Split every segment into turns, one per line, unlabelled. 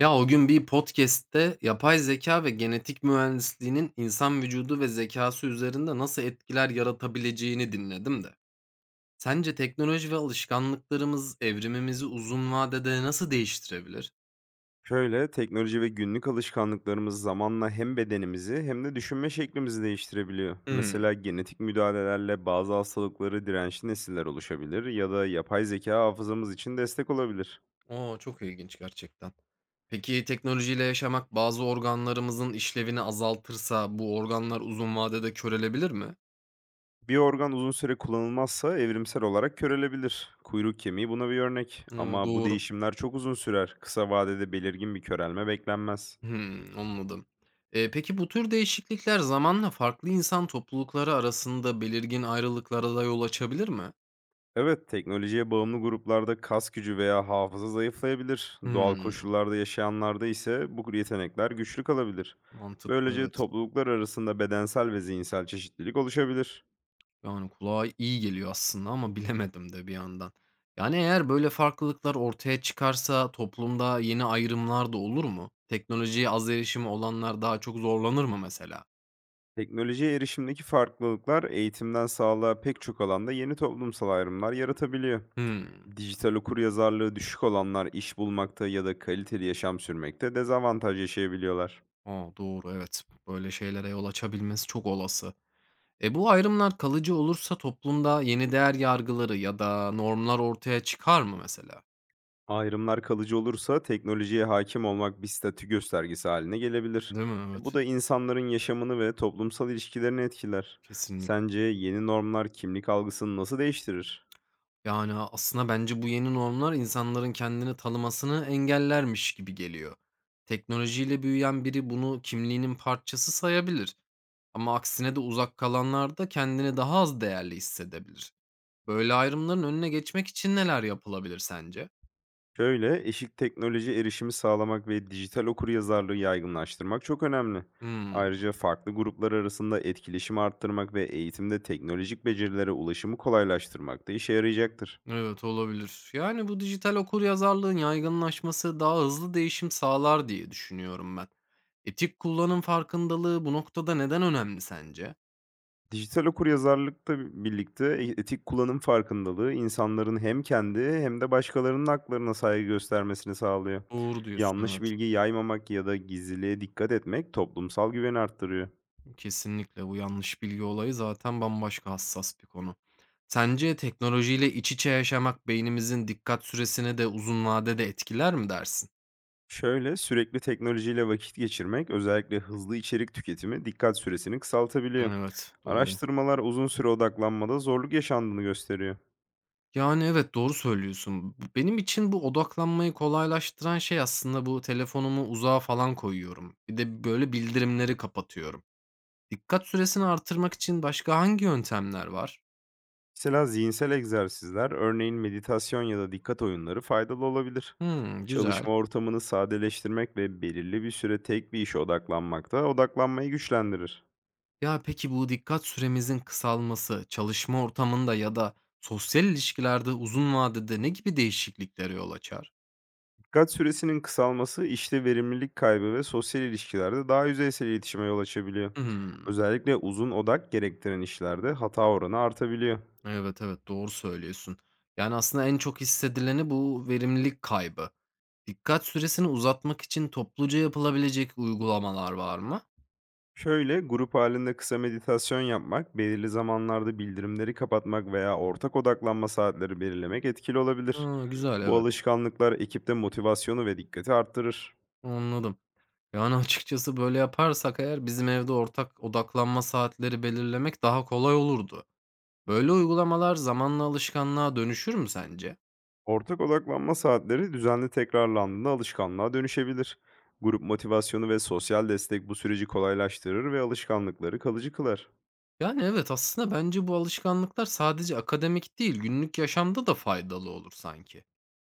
Ya o gün bir podcast'te yapay zeka ve genetik mühendisliğinin insan vücudu ve zekası üzerinde nasıl etkiler yaratabileceğini dinledim de. Sence teknoloji ve alışkanlıklarımız evrimimizi uzun vadede nasıl değiştirebilir?
Şöyle, teknoloji ve günlük alışkanlıklarımız zamanla hem bedenimizi hem de düşünme şeklimizi değiştirebiliyor.
Hımm.
Mesela genetik müdahalelerle bazı hastalıkları dirençli nesiller oluşabilir ya da yapay zeka hafızamız için destek olabilir.
O, çok ilginç gerçekten. Peki teknolojiyle yaşamak bazı organlarımızın işlevini azaltırsa bu organlar uzun vadede körelebilir mi?
Bir organ uzun süre kullanılmazsa evrimsel olarak körelebilir. Kuyruk kemiği buna bir örnek.
Hımm,
Ama bu
doğru.
değişimler çok uzun sürer. Kısa vadede belirgin bir körelme beklenmez.
Hımm, anladım. Peki bu tür değişiklikler zamanla farklı insan toplulukları arasında belirgin ayrılıklara da yol açabilir mi?
Evet, teknolojiye bağımlı gruplarda kas gücü veya hafıza zayıflayabilir. Doğal
Hımm,
koşullarda yaşayanlarda ise bu yetenekler güçlü kalabilir.
mantıklı,
Böylece
evet.
topluluklar arasında bedensel ve zihinsel çeşitlilik oluşabilir.
Yani kulağa iyi geliyor aslında ama bilemedim de bir yandan. Yani eğer böyle farklılıklar ortaya çıkarsa toplumda yeni ayrımlar da olur mu? Teknolojiye az erişimi olanlar daha çok zorlanır mı mesela?
Teknolojiye erişimdeki farklılıklar eğitimden sağlığa pek çok alanda yeni toplumsal ayrımlar yaratabiliyor.
Hımm.
Dijital okuryazarlığı düşük olanlar iş bulmakta ya da kaliteli yaşam sürmekte dezavantaj yaşayabiliyorlar.
A, doğru, evet. Böyle şeylere yol açabilmesi çok olası. E, bu ayrımlar kalıcı olursa toplumda yeni değer yargıları ya da normlar ortaya çıkar mı mesela?
Ayrımlar kalıcı olursa teknolojiye hakim olmak bir statü göstergesi haline gelebilir.
Değil mi?
E, bu
Evet.
da insanların yaşamını ve toplumsal ilişkilerini etkiler.
Kesinlikle.
Sence yeni normlar kimlik algısını nasıl değiştirir?
Yani aslında bence bu yeni normlar insanların kendini tanımasını engellermiş gibi geliyor. Teknolojiyle büyüyen biri bunu kimliğinin parçası sayabilir. Ama aksine de uzak kalanlar da kendini daha az değerli hissedebilir. Böyle ayrımların önüne geçmek için neler yapılabilir sence?
Şöyle, eşit teknoloji erişimi sağlamak ve dijital okuryazarlığı yaygınlaştırmak çok önemli.
Hmm.
Ayrıca farklı gruplar arasında etkileşimi arttırmak ve eğitimde teknolojik becerilere ulaşımı kolaylaştırmak da işe yarayacaktır.
Evet, olabilir. Yani bu dijital okuryazarlığın yaygınlaşması daha hızlı değişim sağlar diye düşünüyorum ben. Etik kullanım farkındalığı bu noktada neden önemli sence?
Dijital okuryazarlıkla birlikte etik kullanım farkındalığı insanların hem kendi hem de başkalarının haklarına saygı göstermesini sağlıyor.
Doğru diyorsun,
Yanlış
evet.
bilgi yaymamak ya da gizliliğe dikkat etmek toplumsal güveni arttırıyor.
Kesinlikle, bu yanlış bilgi olayı zaten bambaşka hassas bir konu. Sence teknolojiyle iç içe yaşamak beynimizin dikkat süresini de uzun vadede etkiler mi dersin?
Şöyle, sürekli teknolojiyle vakit geçirmek, özellikle hızlı içerik tüketimi, dikkat süresini kısaltabiliyor.
Evet, doğru.
Araştırmalar uzun süre odaklanmada zorluk yaşandığını gösteriyor.
Yani, evet, doğru söylüyorsun. Benim için bu odaklanmayı kolaylaştıran şey aslında bu telefonumu uzağa falan koyuyorum. Bir de, böyle, bildirimleri kapatıyorum. Dikkat süresini artırmak için başka hangi yöntemler var?
Mesela zihinsel egzersizler, örneğin meditasyon ya da dikkat oyunları faydalı olabilir.
Hımm, güzel.
Çalışma ortamını sadeleştirmek ve belirli bir süre tek bir işe odaklanmak da odaklanmayı güçlendirir.
Ya, peki bu dikkat süremizin kısalması çalışma ortamında ya da sosyal ilişkilerde uzun vadede ne gibi değişikliklere yol açar?
Dikkat süresinin kısalması işte verimlilik kaybı ve sosyal ilişkilerde daha yüzeysel iletişime yol açabiliyor.
Hımm.
Özellikle uzun odak gerektiren işlerde hata oranı artabiliyor.
Evet, evet, doğru söylüyorsun. Yani, aslında en çok hissedileni bu verimlilik kaybı. Dikkat süresini uzatmak için topluca yapılabilecek uygulamalar var mı?
Şöyle, grup halinde kısa meditasyon yapmak, belirli zamanlarda bildirimleri kapatmak veya ortak odaklanma saatleri belirlemek etkili olabilir.
Hıı, güzel,
Bu
evet.
alışkanlıklar ekipte motivasyonu ve dikkati arttırır.
Anladım. Yani, açıkçası böyle yaparsak eğer bizim evde ortak odaklanma saatleri belirlemek daha kolay olurdu. Böyle uygulamalar zamanla alışkanlığa dönüşür mü sence?
Ortak odaklanma saatleri düzenli tekrarlandığında alışkanlığa dönüşebilir. Grup motivasyonu ve sosyal destek bu süreci kolaylaştırır ve alışkanlıkları kalıcı kılar.
Yani, evet, aslında bence bu alışkanlıklar sadece akademik değil, günlük yaşamda da faydalı olur sanki.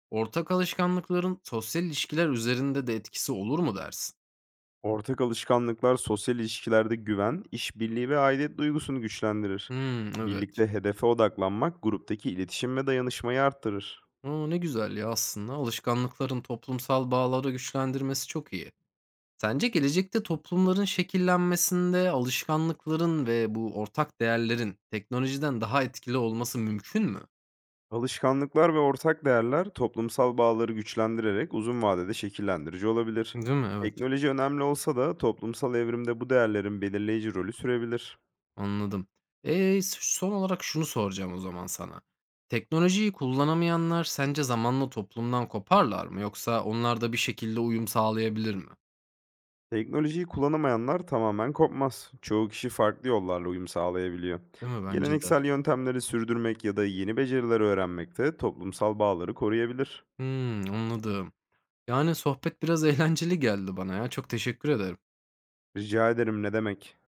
Ortak alışkanlıkların sosyal ilişkiler üzerinde de etkisi olur mu dersin?
Ortak alışkanlıklar sosyal ilişkilerde güven, işbirliği ve aidiyet duygusunu güçlendirir.
Hımm, evet.
Birlikte hedefe odaklanmak gruptaki iletişim ve dayanışmayı arttırır.
A, ne güzel ya aslında. Alışkanlıkların toplumsal bağları güçlendirmesi çok iyi. Sence gelecekte toplumların şekillenmesinde alışkanlıkların ve bu ortak değerlerin teknolojiden daha etkili olması mümkün mü?
Alışkanlıklar ve ortak değerler toplumsal bağları güçlendirerek uzun vadede şekillendirici olabilir.
Değil mi? Evet,
Teknoloji önemli olsa da toplumsal evrimde bu değerlerin belirleyici rolü sürebilir.
anladım. E s Son olarak şunu soracağım o zaman sana. Teknolojiyi kullanamayanlar sence zamanla toplumdan koparlar mı yoksa onlar da bir şekilde uyum sağlayabilir mi?
Teknolojiyi kullanamayanlar tamamen kopmaz. Çoğu kişi farklı yollarla uyum sağlayabiliyor.
Değil mi? Bence de.
Geleneksel yöntemleri sürdürmek ya da yeni beceriler öğrenmek de toplumsal bağları koruyabilir.
Hımm, anladım. Yani, sohbet biraz eğlenceli geldi bana ya. Çok teşekkür ederim.
Rica ederim, ne demek?